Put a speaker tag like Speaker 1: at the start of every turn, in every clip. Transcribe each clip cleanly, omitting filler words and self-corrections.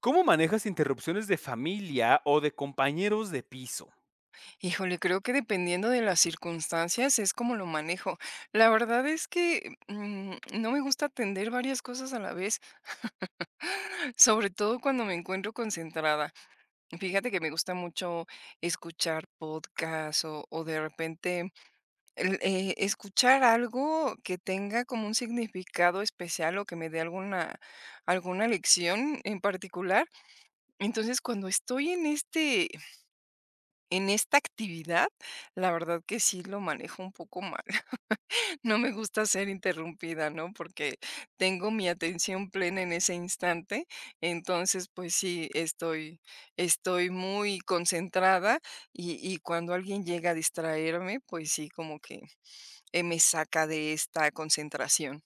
Speaker 1: ¿Cómo manejas interrupciones de familia o de compañeros de piso?
Speaker 2: Híjole, creo que dependiendo de las circunstancias es como lo manejo. La verdad es que, no me gusta atender varias cosas a la vez, sobre todo cuando me encuentro concentrada. Fíjate que me gusta mucho escuchar podcast o de repente escuchar algo que tenga como un significado especial o que me dé alguna lección en particular. Entonces, cuando estoy en este En esta actividad, la verdad que sí lo manejo un poco mal. No me gusta ser interrumpida, ¿no? Porque tengo mi atención plena en ese instante. Entonces, pues sí, estoy muy concentrada y cuando alguien llega a distraerme, pues sí, como que me saca de esta concentración.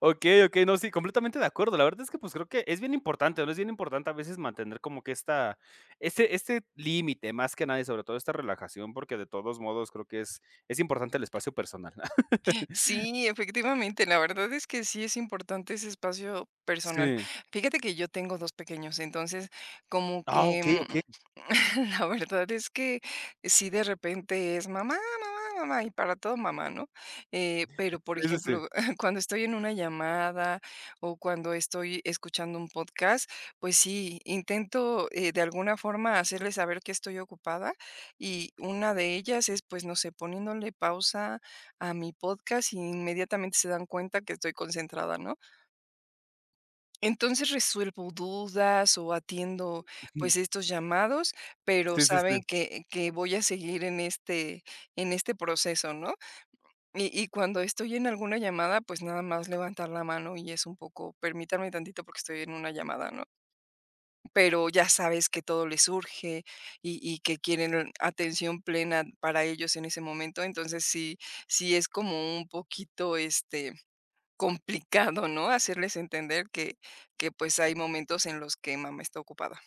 Speaker 1: Okey, okey, no, sí, completamente de acuerdo. La verdad es que, pues, creo que es bien importante, ¿no? Es bien importante a veces mantener como que esta este límite, más que nada, y sobre todo esta relajación, porque de todos modos creo que es importante el espacio personal.
Speaker 2: Sí, efectivamente, la verdad es que sí es importante ese espacio personal.
Speaker 1: Sí.
Speaker 2: Fíjate que yo tengo 2 pequeños, entonces como
Speaker 1: Ah,
Speaker 2: que,
Speaker 1: okey, okey.
Speaker 2: la verdad es que sí de repente es mamá, mamá, mamá, y para todo mamá, ¿no? Pero, por
Speaker 1: Sí, sí, sí.
Speaker 2: ejemplo, cuando estoy en una llamada o cuando estoy escuchando un podcast, pues sí, intento, de alguna forma hacerles saber que estoy ocupada y una de ellas es, pues, no sé, poniéndole pausa a mi podcast, y inmediatamente se dan cuenta que estoy concentrada, ¿no? Entonces resuelvo dudas o atiendo pues estos llamados, pero
Speaker 1: Sí, sí,
Speaker 2: saben
Speaker 1: sí.
Speaker 2: que, voy a seguir en en este proceso, ¿no? Y cuando estoy en alguna llamada, pues nada más levantar la mano y es un poco, permítanme tantito porque estoy en una llamada, ¿no? Pero ya sabes que todo les surge y que quieren atención plena para ellos en ese momento, entonces sí, sí es como un poquito complicado, ¿no? Hacerles entender que pues, hay momentos en los que mamá está ocupada.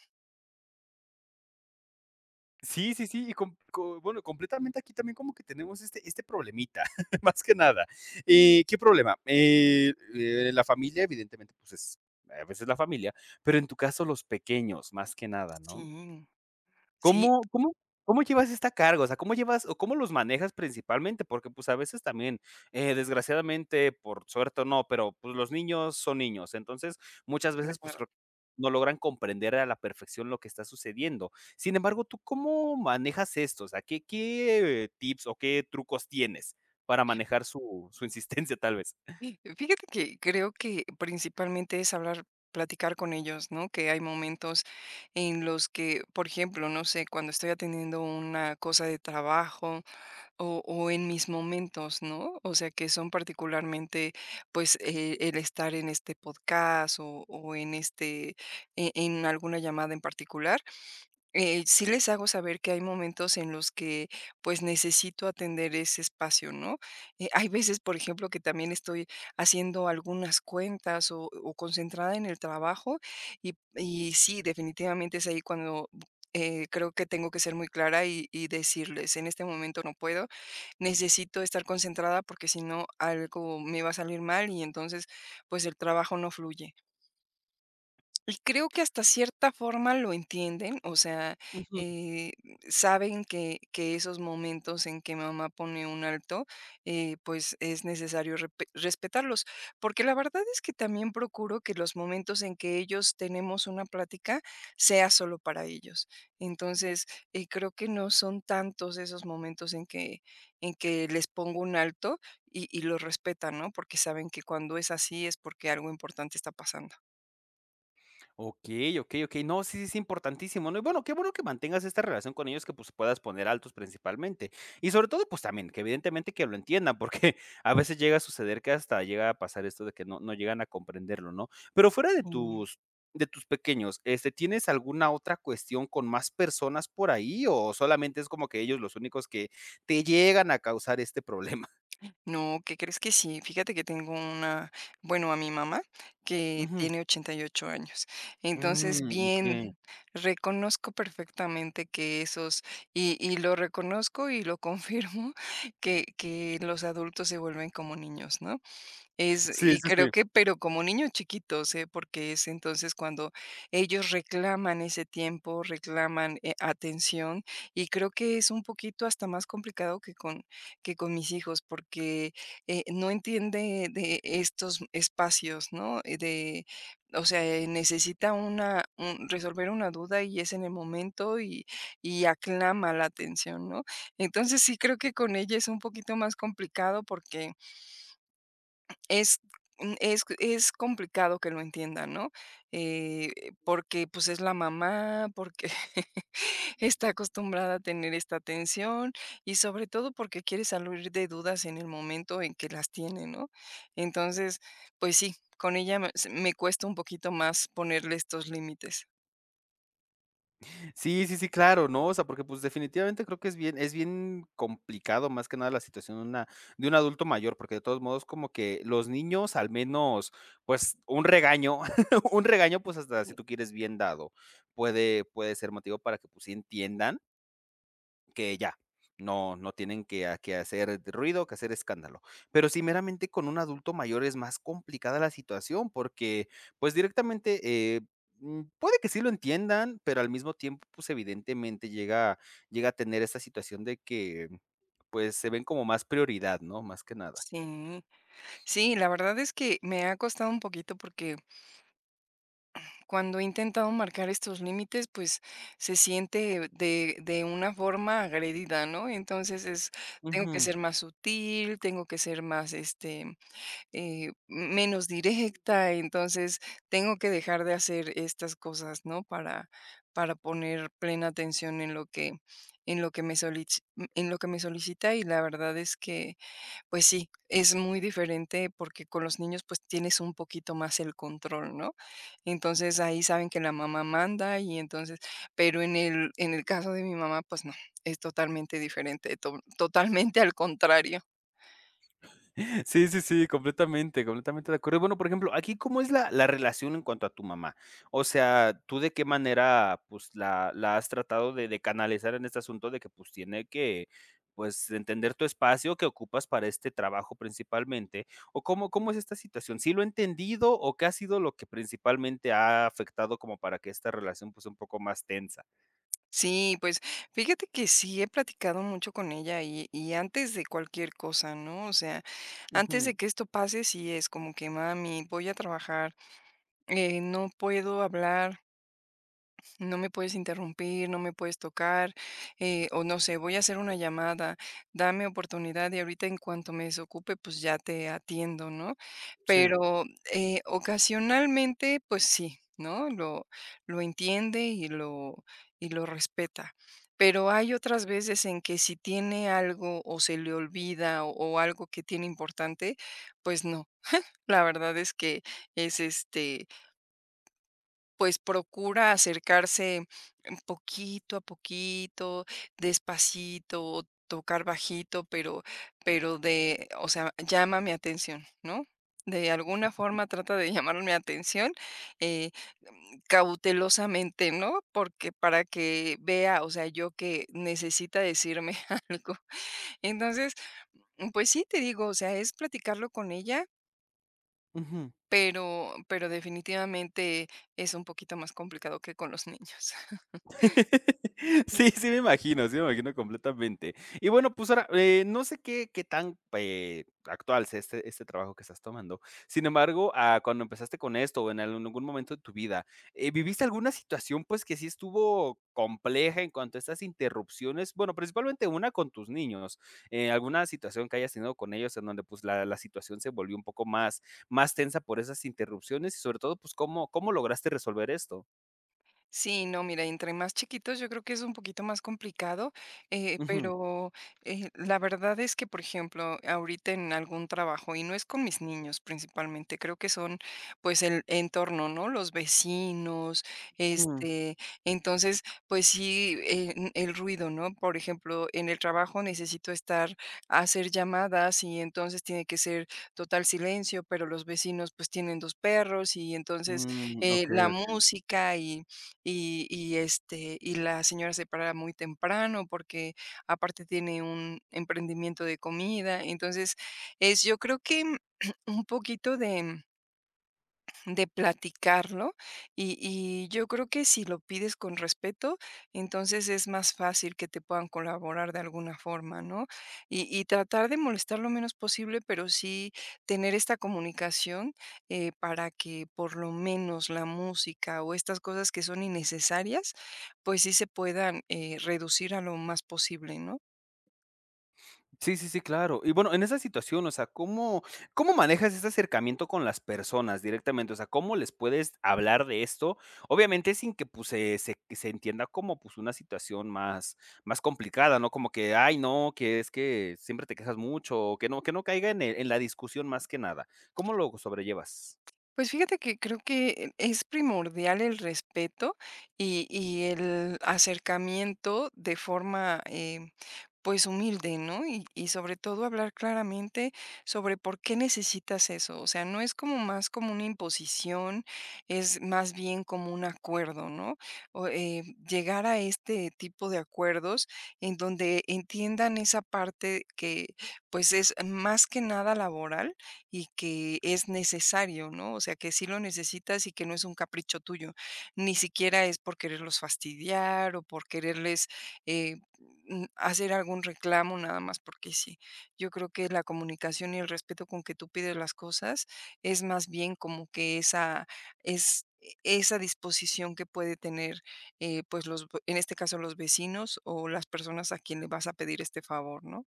Speaker 1: Sí, sí, sí, y com co bueno, completamente aquí también como que tenemos este problemita, más que nada, ¿qué problema? La familia, evidentemente, pues, es a veces la familia, pero en tu caso, los pequeños, más que nada, ¿no?
Speaker 2: Sí, sí,
Speaker 1: ¿Cómo cómo llevas esta carga? O sea, ¿cómo llevas o cómo los manejas principalmente? Porque, pues, a veces también, desgraciadamente, por suerte o no, pero, pues, los niños son niños. Entonces, muchas veces, pues,
Speaker 2: claro.
Speaker 1: creo que no logran comprender a la perfección lo que está sucediendo. Sin embargo, ¿tú cómo manejas esto? O sea, ¿qué tips o qué trucos tienes para manejar su insistencia, ¿tal vez?
Speaker 2: Sí, fíjate que creo que principalmente es hablar platicar con ellos, ¿no? Que hay momentos en los que, por ejemplo, no sé, cuando estoy atendiendo una cosa de trabajo o en mis momentos, ¿no? O sea, que son particularmente, pues, el estar en este podcast o en en alguna llamada en particular. Sí les hago saber que hay momentos en los que, pues, necesito atender ese espacio, ¿no? Hay veces, por ejemplo, que también estoy haciendo algunas cuentas o concentrada en el trabajo y sí, definitivamente es ahí cuando, creo que tengo que ser muy clara y decirles: "En este momento no puedo, necesito estar concentrada porque si no algo me va a salir mal y entonces, pues, el trabajo no fluye". Y creo que hasta cierta forma lo entienden, o sea, eh, saben que, esos momentos en que mamá pone un alto, pues es necesario respetarlos, porque la verdad es que también procuro que los momentos en que ellos tenemos una plática sea solo para ellos. Entonces, creo que no son tantos esos momentos en en que les pongo un alto y los respetan, ¿no? Porque saben que cuando es así es porque algo importante está pasando.
Speaker 1: Ok, ok, ok. No, sí, sí, es importantísimo, ¿no? Y bueno, qué bueno que mantengas esta relación con ellos que, pues, puedas poner altos principalmente. Y sobre todo, pues, también que evidentemente que lo entiendan, porque a veces llega a suceder que hasta llega a pasar esto de que no llegan a comprenderlo, ¿no? Pero fuera de tus pequeños, este, ¿tienes alguna otra cuestión con más personas por ahí, o solamente es como que ellos los únicos que te llegan a causar este problema?
Speaker 2: No, ¿qué crees que sí? Fíjate que tengo bueno, a mi mamá, que
Speaker 1: Ujú.
Speaker 2: tiene 88 años. Entonces,
Speaker 1: Mm, okey.
Speaker 2: bien, reconozco perfectamente que y lo reconozco y lo confirmo, que los adultos se vuelven como niños, ¿no? Es
Speaker 1: Sí,
Speaker 2: y
Speaker 1: sí,
Speaker 2: Creo
Speaker 1: sí.
Speaker 2: que pero como niños chiquitos, ¿eh? Porque es entonces cuando ellos reclaman ese tiempo, reclaman, atención, y creo que es un poquito hasta más complicado que con mis hijos, porque, no entiende de estos espacios, ¿no? O sea, necesita una un resolver una duda y es en el momento, y aclama la atención, ¿no? Entonces, sí creo que con ella es un poquito más complicado porque es es complicado que lo entienda, ¿no? Eh, Porque, pues, es la mamá, porque está acostumbrada a tener esta atención y, sobre todo, porque quiere salir de dudas en el momento en que las tiene, ¿no? Entonces, pues sí, con ella me cuesta un poquito más ponerle estos límites.
Speaker 1: Sí, sí, sí, claro, ¿no? O sea, porque, pues, definitivamente creo que es bien complicado, más que nada, la situación de una de un adulto mayor, porque de todos modos, como que los niños, al menos, pues, un regaño, un regaño, pues, hasta si tú quieres bien dado, puede ser motivo para que, pues, sí entiendan que ya, no, no tienen que, que hacer ruido, que hacer escándalo. Pero sí, meramente con un adulto mayor es más complicada la situación porque, pues directamente, eh, puede que sí lo entiendan, pero al mismo tiempo, pues evidentemente llega, llega a tener esta situación de que, pues se ven como más prioridad, ¿no? Más que nada.
Speaker 2: Sí, sí, la verdad es que me ha costado un poquito porque cuando he intentado marcar estos límites, pues se siente de una forma agredida, ¿no? Entonces tengo que
Speaker 1: Ujú.
Speaker 2: ser más sutil, tengo que ser más, menos directa, entonces tengo que dejar de hacer estas cosas, ¿no? Para poner plena atención en lo en lo que me solic en lo que me solicita, y la verdad es que, pues sí, es muy diferente porque con los niños pues tienes un poquito más el control, ¿no? Entonces ahí saben que la mamá manda y entonces, pero en en el caso de mi mamá, pues no, es totalmente diferente, totalmente al contrario.
Speaker 1: Sí, sí, sí, completamente, completamente de acuerdo. Bueno, por ejemplo, aquí, ¿cómo es la relación en cuanto a tu mamá? O sea, ¿tú de qué manera, pues, la has tratado de canalizar en este asunto de que, pues, tiene que, pues, entender tu espacio que ocupas para este trabajo principalmente? ¿O cómo es esta situación? ¿Sí lo ha entendido o qué ha sido lo que principalmente ha afectado como para que esta relación, pues, sea un poco más tensa?
Speaker 2: Sí, pues fíjate que sí he platicado mucho con ella y antes de cualquier cosa, ¿no? O sea, antes
Speaker 1: Ujú,
Speaker 2: de que esto pase, sí es como que, mami, voy a trabajar, no puedo hablar, no me puedes interrumpir, no me puedes tocar, o no sé, voy a hacer una llamada, dame oportunidad y ahorita en cuanto me desocupe, pues ya te atiendo, ¿no?
Speaker 1: sí,
Speaker 2: Pero ocasionalmente, pues sí, ¿no? Lo entiende y y lo respeta. Pero hay otras veces en que si tiene algo o se le olvida o algo que tiene importante, pues no. La verdad es que es este pues procura acercarse poquito a poquito, despacito, tocar bajito, pero o sea, llama mi atención, ¿no? De alguna forma trata de llamar mi atención, eh, cautelosamente, ¿no? Porque para que vea, o sea, yo que necesita decirme algo. Entonces, pues sí, te digo, o sea, es platicarlo con ella,
Speaker 1: ujú.
Speaker 2: pero definitivamente es un poquito más complicado que con los niños.
Speaker 1: Sí, sí me imagino completamente. Y bueno, pues ahora, no sé qué tan, actual sea este trabajo que estás tomando. Sin embargo, ah, cuando empezaste con esto o en algún momento de tu vida, ¿viviste alguna situación, pues, que sí estuvo compleja en cuanto a estas interrupciones? Bueno, principalmente una con tus niños, alguna situación que hayas tenido con ellos en donde, pues, la situación se volvió un poco más más tensa por esas interrupciones y sobre todo, pues, ¿cómo cómo lograste resolver esto?
Speaker 2: Sí, no, mira, entre más chiquitos yo creo que es un poquito más complicado, eh, pero la verdad es que, por ejemplo, ahorita en algún trabajo, y no es con mis niños principalmente, creo que son pues el entorno, ¿no? Los vecinos,
Speaker 1: Ujú.
Speaker 2: este, entonces, pues sí, el ruido, ¿no? Por ejemplo, en el trabajo necesito hacer llamadas, y entonces tiene que ser total silencio, pero los vecinos pues tienen dos perros, y entonces
Speaker 1: Mm, okey,
Speaker 2: la
Speaker 1: okey.
Speaker 2: música y y la señora se para muy temprano porque aparte tiene un emprendimiento de comida. Entonces, es yo creo que un poquito de platicarlo, y yo creo que si lo pides con respeto, entonces es más fácil que te puedan colaborar de alguna forma, ¿no? Y tratar de molestar lo menos posible, pero sí tener esta comunicación, para que por lo menos la música o estas cosas que son innecesarias, pues sí se puedan, reducir a lo más posible, ¿no?
Speaker 1: Sí, sí, sí, claro. Y bueno, en esa situación, o sea, ¿cómo manejas ese acercamiento con las personas directamente? O sea, ¿cómo les puedes hablar de esto? Obviamente, sin que, pues, se que se entienda como, pues, una situación más más complicada, ¿no? Como que: "Ay, no, que es que siempre te quejas mucho", o que no caiga en el en la discusión más que nada. ¿Cómo lo sobrellevas?
Speaker 2: Pues fíjate que creo que es primordial el respeto y el acercamiento de forma pues humilde, ¿no? Y sobre todo hablar claramente sobre por qué necesitas eso. O sea, no es como más como una imposición, es más bien como un acuerdo, ¿no? O, eh, llegar a este tipo de acuerdos en donde entiendan esa parte que pues es más que nada laboral y que es necesario, ¿no? O sea, que sí lo necesitas y que no es un capricho tuyo. Ni siquiera es por quererlos fastidiar o por quererles eh, hacer algún reclamo, nada más porque sí. Yo creo que la comunicación y el respeto con que tú pides las cosas es más bien como que esa es esa disposición que puede tener, pues en este caso los vecinos o las personas a quien le vas a pedir este favor, ¿no?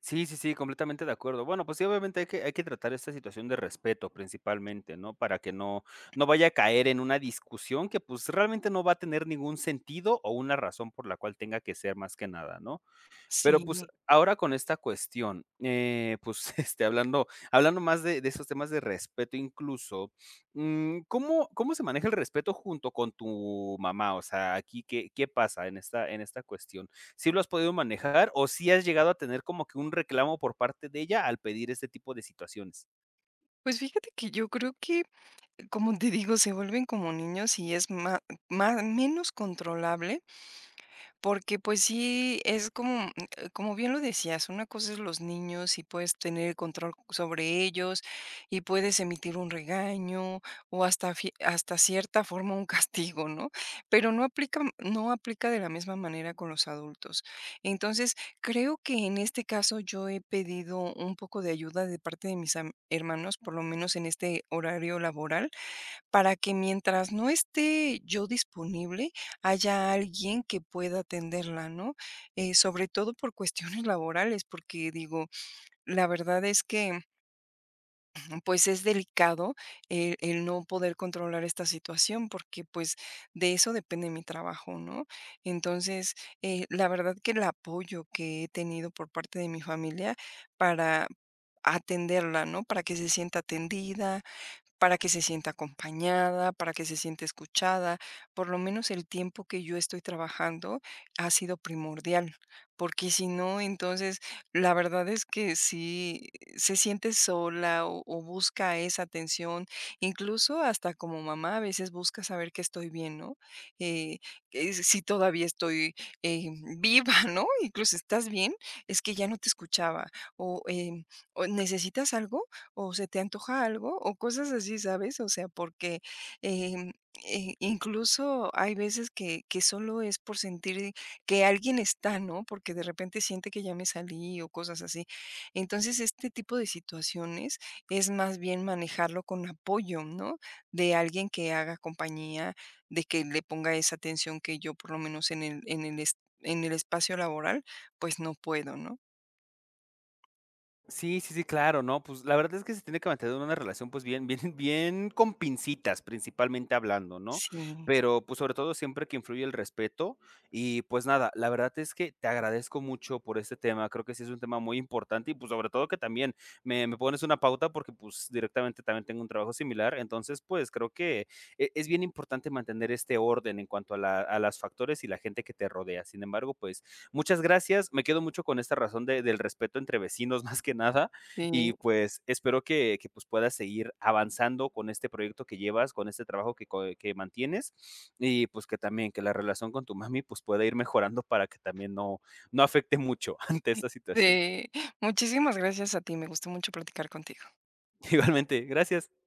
Speaker 1: Sí, sí, sí, completamente de acuerdo. Bueno, pues sí, obviamente hay que tratar esta situación de respeto principalmente, ¿no? Para que no, no vaya a caer en una discusión que pues realmente no va a tener ningún sentido o una razón por la cual tenga que ser más que nada, ¿no? Pero,
Speaker 2: Sí,
Speaker 1: pues, ahora con esta cuestión, pues, este, hablando hablando más de esos temas de respeto incluso, ¿cómo cómo se maneja el respeto junto con tu mamá? O sea, aquí, ¿qué pasa en esta cuestión? ¿Sí lo has podido manejar o si has llegado a tener como que un reclamo por parte de ella al pedir este tipo de situaciones?
Speaker 2: pues fíjate que yo creo que, como te digo, se vuelven como niños y es ma menos controlable, porque, pues sí, es como, como bien lo decías, una cosa es los niños y puedes tener control sobre ellos, y puedes emitir un regaño o hasta fie hasta cierta forma un castigo, ¿no? Pero no aplica de la misma manera con los adultos. Entonces, creo que en este caso yo he pedido un poco de ayuda de parte de mis am hermanos, por lo menos en este horario laboral, para que mientras no esté yo disponible, haya alguien que pueda atenderla, ¿no? Sobre todo por cuestiones laborales, porque digo, la verdad es que, pues, es delicado el no poder controlar esta situación, porque, pues, de eso depende mi trabajo, ¿no? Entonces, la verdad que el apoyo que he tenido por parte de mi familia para atenderla, ¿no? Para que se sienta atendida, para que se sienta acompañada, para que se sienta escuchada. Por lo menos el tiempo que yo estoy trabajando ha sido primordial, porque si no, entonces la verdad es que si se siente sola o busca esa atención, incluso hasta como mamá a veces busca saber que estoy bien, ¿no? Eh, que si todavía estoy eh, viva, ¿no? Incluso estás bien, es que ya no te escuchaba o, em, o necesitas algo o se te antoja algo o cosas así, ¿sabes? O sea, porque em, incluso hay veces que solo es por sentir que alguien está, ¿no? Porque de repente siente que ya me salí o cosas así. Entonces, este tipo de situaciones es más bien manejarlo con apoyo, ¿no? De alguien que haga compañía, de que le ponga esa atención que yo por lo menos en el espacio laboral, pues no puedo, ¿no?
Speaker 1: Sí, sí, sí, claro, no, pues, la verdad es que se tiene que mantener una relación, pues, bien con pincitas, principalmente hablando, ¿no?
Speaker 2: Sí,
Speaker 1: Pero, pues, sobre todo siempre que influye el respeto y, pues, nada, la verdad es que te agradezco mucho por este tema, creo que sí es un tema muy importante y, pues, sobre todo que también me pones una pauta porque, pues, directamente también tengo un trabajo similar, entonces, pues, creo que es bien importante mantener este orden en cuanto a la a las factores y la gente que te rodea. Sin embargo, pues muchas gracias. Me quedo mucho con esta razón del respeto entre vecinos más que nada. Y
Speaker 2: sí.
Speaker 1: pues espero que, pues puedas seguir avanzando con este proyecto que llevas, con este trabajo que, que mantienes y pues que también que la relación con tu mami pues pueda ir mejorando para que también no, no afecte mucho ante esta situación.
Speaker 2: Sí, muchísimas gracias a ti, me gustó mucho platicar contigo.
Speaker 1: Igualmente, gracias.